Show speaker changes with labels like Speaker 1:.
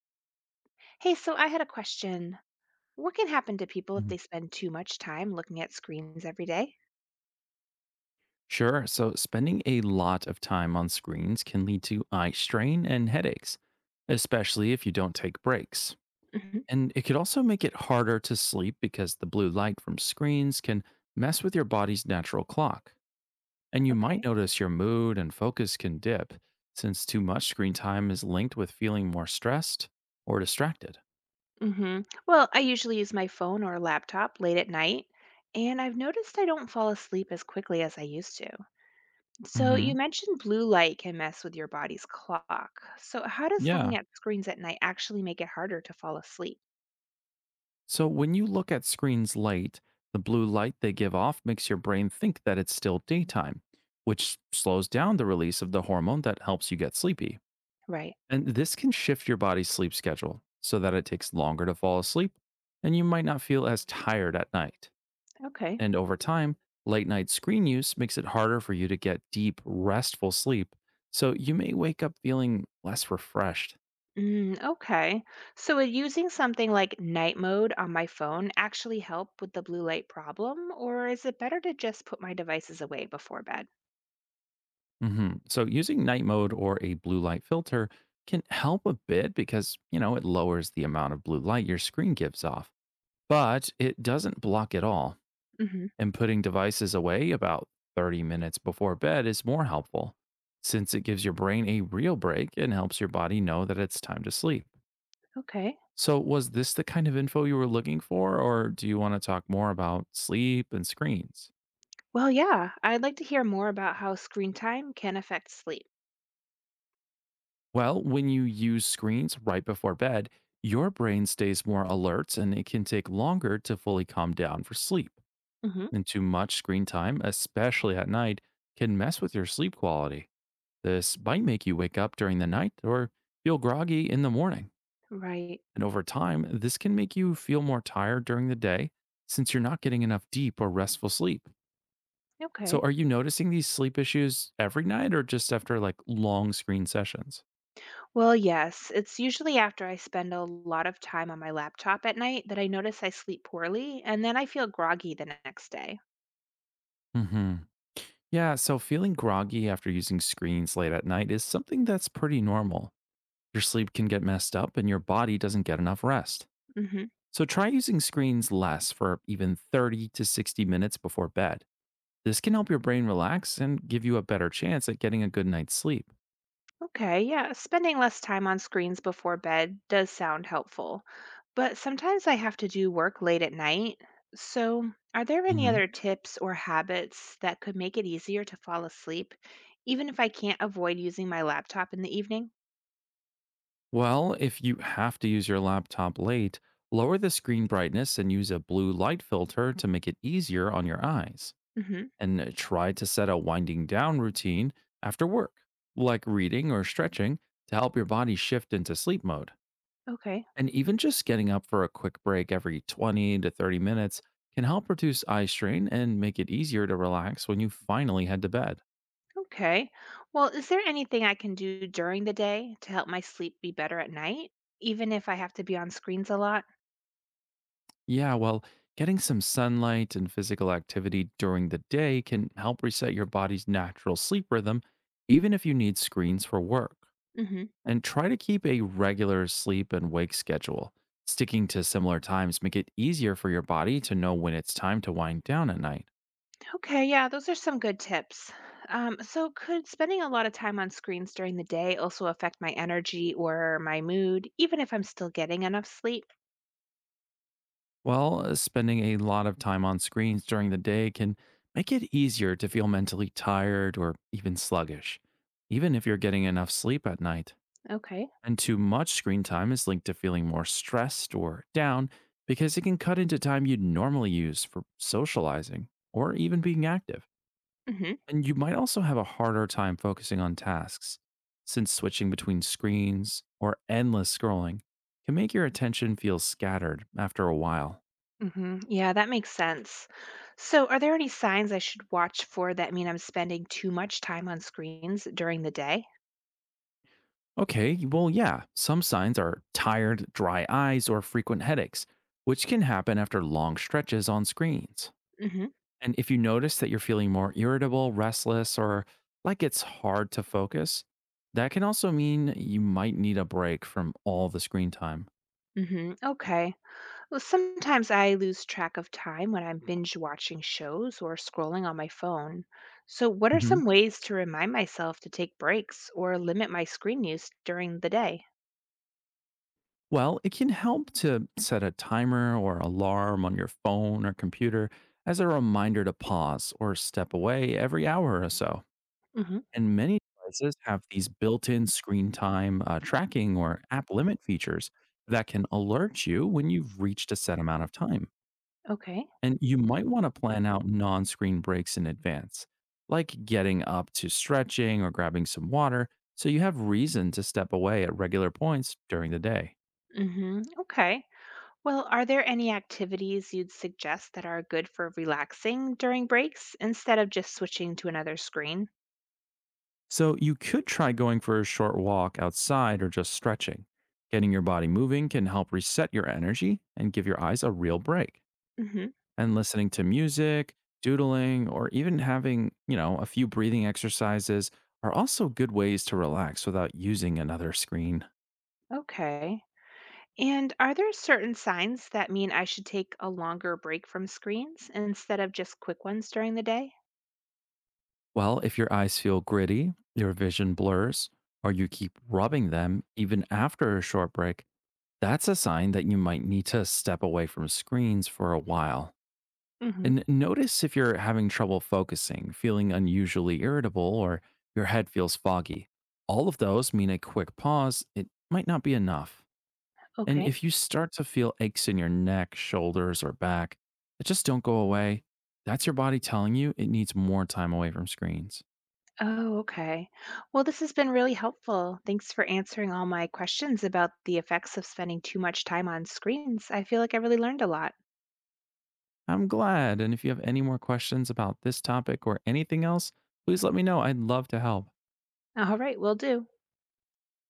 Speaker 1: Hey, so I had a question. What can happen to people if
Speaker 2: Mhm.
Speaker 1: they spend too much time looking at screens every day?
Speaker 2: Sure. So, spending a lot of time on screens can lead to eye strain and headaches, especially if you don't take breaks.
Speaker 1: Mm-hmm.
Speaker 2: And it could also make it harder to sleep because the blue light from screens can mess with your body's natural clock. And you might
Speaker 1: Okay.
Speaker 2: notice your mood and focus can dip since too much screen time is linked with feeling more stressed or distracted.
Speaker 1: Mm-hmm. Well, I usually use my phone or laptop late at night, and I've noticed I don't fall asleep as quickly as I used to. So
Speaker 2: Hmm.
Speaker 1: you mentioned blue light can mess with your body's clock. So how does looking
Speaker 2: Yeah.
Speaker 1: at screens at night actually make it harder to fall asleep?
Speaker 2: So, when you look at screens late, the blue light they give off makes your brain think that it's still daytime, which slows down the release of the hormone that helps you get sleepy.
Speaker 1: Right.
Speaker 2: And this can shift your body's sleep schedule so that it takes longer to fall asleep and you might not feel as tired at night.
Speaker 1: Okay.
Speaker 2: And over time, late night screen use makes it harder for you to get deep, restful sleep. So, you may wake up feeling less refreshed.
Speaker 1: Mm, okay. So would using something like night mode on my phone actually help with the blue light problem, or is it better to just put my devices away before bed?
Speaker 2: Hmm. So using night mode or a blue light filter can help a bit because it lowers the amount of blue light your screen gives off, but it doesn't block at all.
Speaker 1: Hmm.
Speaker 2: And putting devices away about 30 minutes before bed is more helpful since it gives your brain a real break and helps your body know that it's time to sleep.
Speaker 1: Okay.
Speaker 2: So, was this the kind of info you were looking for, or do you want to talk more about sleep and screens?
Speaker 1: Well, yeah, I'd like to hear more about how screen time can affect sleep.
Speaker 2: Well, when you use screens right before bed, your brain stays more alert and it can take longer to fully calm down for sleep.
Speaker 1: Hmm.
Speaker 2: And too much screen time, especially at night, can mess with your sleep quality. This might make you wake up during the night or feel groggy in the morning.
Speaker 1: Right.
Speaker 2: And over time, this can make you feel more tired during the day since you're not getting enough deep or restful sleep. So,
Speaker 1: Okay.
Speaker 2: are you noticing these sleep issues every night or just after like long screen sessions?
Speaker 1: Well, yes, it's usually after I spend a lot of time on my laptop at night that I notice I sleep poorly, and then I feel groggy the next day.
Speaker 2: Hmm. Yeah, so feeling groggy after using screens late at night is something that's pretty normal. Your sleep can get messed up and your body doesn't get enough rest.
Speaker 1: Hmm.
Speaker 2: So try using screens less for even 30 to 60 minutes before bed. This can help your brain relax and give you a better chance at getting a good night's sleep.
Speaker 1: Okay, yeah, spending less time on screens before bed does sound helpful, but sometimes I have to do work late at night. So, are there any
Speaker 2: Hmm.
Speaker 1: other tips or habits that could make it easier to fall asleep, even if I can't avoid using my laptop in the evening?
Speaker 2: Well, if you have to use your laptop late, lower the screen brightness and use a blue light filter to make it easier on your eyes.
Speaker 1: Hmm.
Speaker 2: And try to set a winding down routine after work, like reading or stretching to help your body shift into sleep mode.
Speaker 1: Okay,
Speaker 2: And even just getting up for a quick break every 20 to 30 minutes can help reduce eye strain and make it easier to relax when you finally head to bed.
Speaker 1: okay. Well, is there anything I can do during the day to help my sleep be better at night, even if I have to be on screens a lot?
Speaker 2: Yeah, well, getting some sunlight and physical activity during the day can help reset your body's natural sleep rhythm, even if you need screens for work.
Speaker 1: Mm-hmm.
Speaker 2: And try to keep a regular sleep and wake schedule. Sticking to similar times make it easier for your body to know when it's time to wind down at night.
Speaker 1: Okay, yeah, those are some good tips. So, could spending a lot of time on screens during the day also affect my energy or my mood, even if I'm still getting enough sleep?
Speaker 2: While spending a lot of time on screens during the day can make it easier to feel mentally tired or even sluggish, even if you're getting enough sleep at night.
Speaker 1: Okay.
Speaker 2: And too much screen time is linked to feeling more stressed or down because it can cut into time you'd normally use for socializing or even being active.
Speaker 1: Hmm.
Speaker 2: And you might also have a harder time focusing on tasks, since switching between screens or endless scrolling can make your attention feel scattered after a while.
Speaker 1: Hmm, yeah, that makes sense. So, are there any signs I should watch for that mean I'm spending too much time on screens during the day?
Speaker 2: Okay, well, yeah, some signs are tired, dry eyes, or frequent headaches, which can happen after long stretches on screens.
Speaker 1: Hmm.
Speaker 2: And if you notice that you're feeling more irritable, restless, or like it's hard to focus, that can also mean you might need a break from all the screen time.
Speaker 1: Hmm. Okay. Well, sometimes I lose track of time when I'm binge watching shows or scrolling on my phone. So, what are
Speaker 2: Mm-hmm.
Speaker 1: some ways to remind myself to take breaks or limit my screen use during the day?
Speaker 2: Well, it can help to set a timer or alarm on your phone or computer as a reminder to pause or step away every hour or so.
Speaker 1: Hmm.
Speaker 2: And many devices have these built in screen time tracking or app limit features that can alert you when you've reached a set amount of time.
Speaker 1: Okay.
Speaker 2: And you might want to plan out non screen breaks in advance, like getting up to stretching or grabbing some water, so you have reason to step away at regular points during the day.
Speaker 1: Hmm. Okay. Well, are there any activities you'd suggest that are good for relaxing during breaks instead of just switching to another screen?
Speaker 2: So you could try going for a short walk outside or just stretching. Getting your body moving can help reset your energy and give your eyes a real break.
Speaker 1: Hmm.
Speaker 2: And listening to music, doodling, or even having a few breathing exercises are also good ways to relax without using another screen.
Speaker 1: Okay. And are there certain signs that mean I should take a longer break from screens instead of just quick ones during the day?
Speaker 2: Well, if your eyes feel gritty, your vision blurs, or you keep rubbing them even after a short break, that's a sign that you might need to step away from screens for a while.
Speaker 1: Mhm.
Speaker 2: And notice if you're having trouble focusing, feeling unusually irritable, or your head feels foggy. All of those mean a quick pause. It might not be enough. And
Speaker 1: Okay.
Speaker 2: if you start to feel aches in your neck, shoulders, or back that just don't go away, that's your body telling you it needs more time away from screens.
Speaker 1: Oh, okay. Well, this has been really helpful. Thanks for answering all my questions about the effects of spending too much time on screens. I feel like I really learned a lot.
Speaker 2: I'm glad. And if you have any more questions about this topic or anything else, please let me know. I'd love to help.
Speaker 1: All right, will do.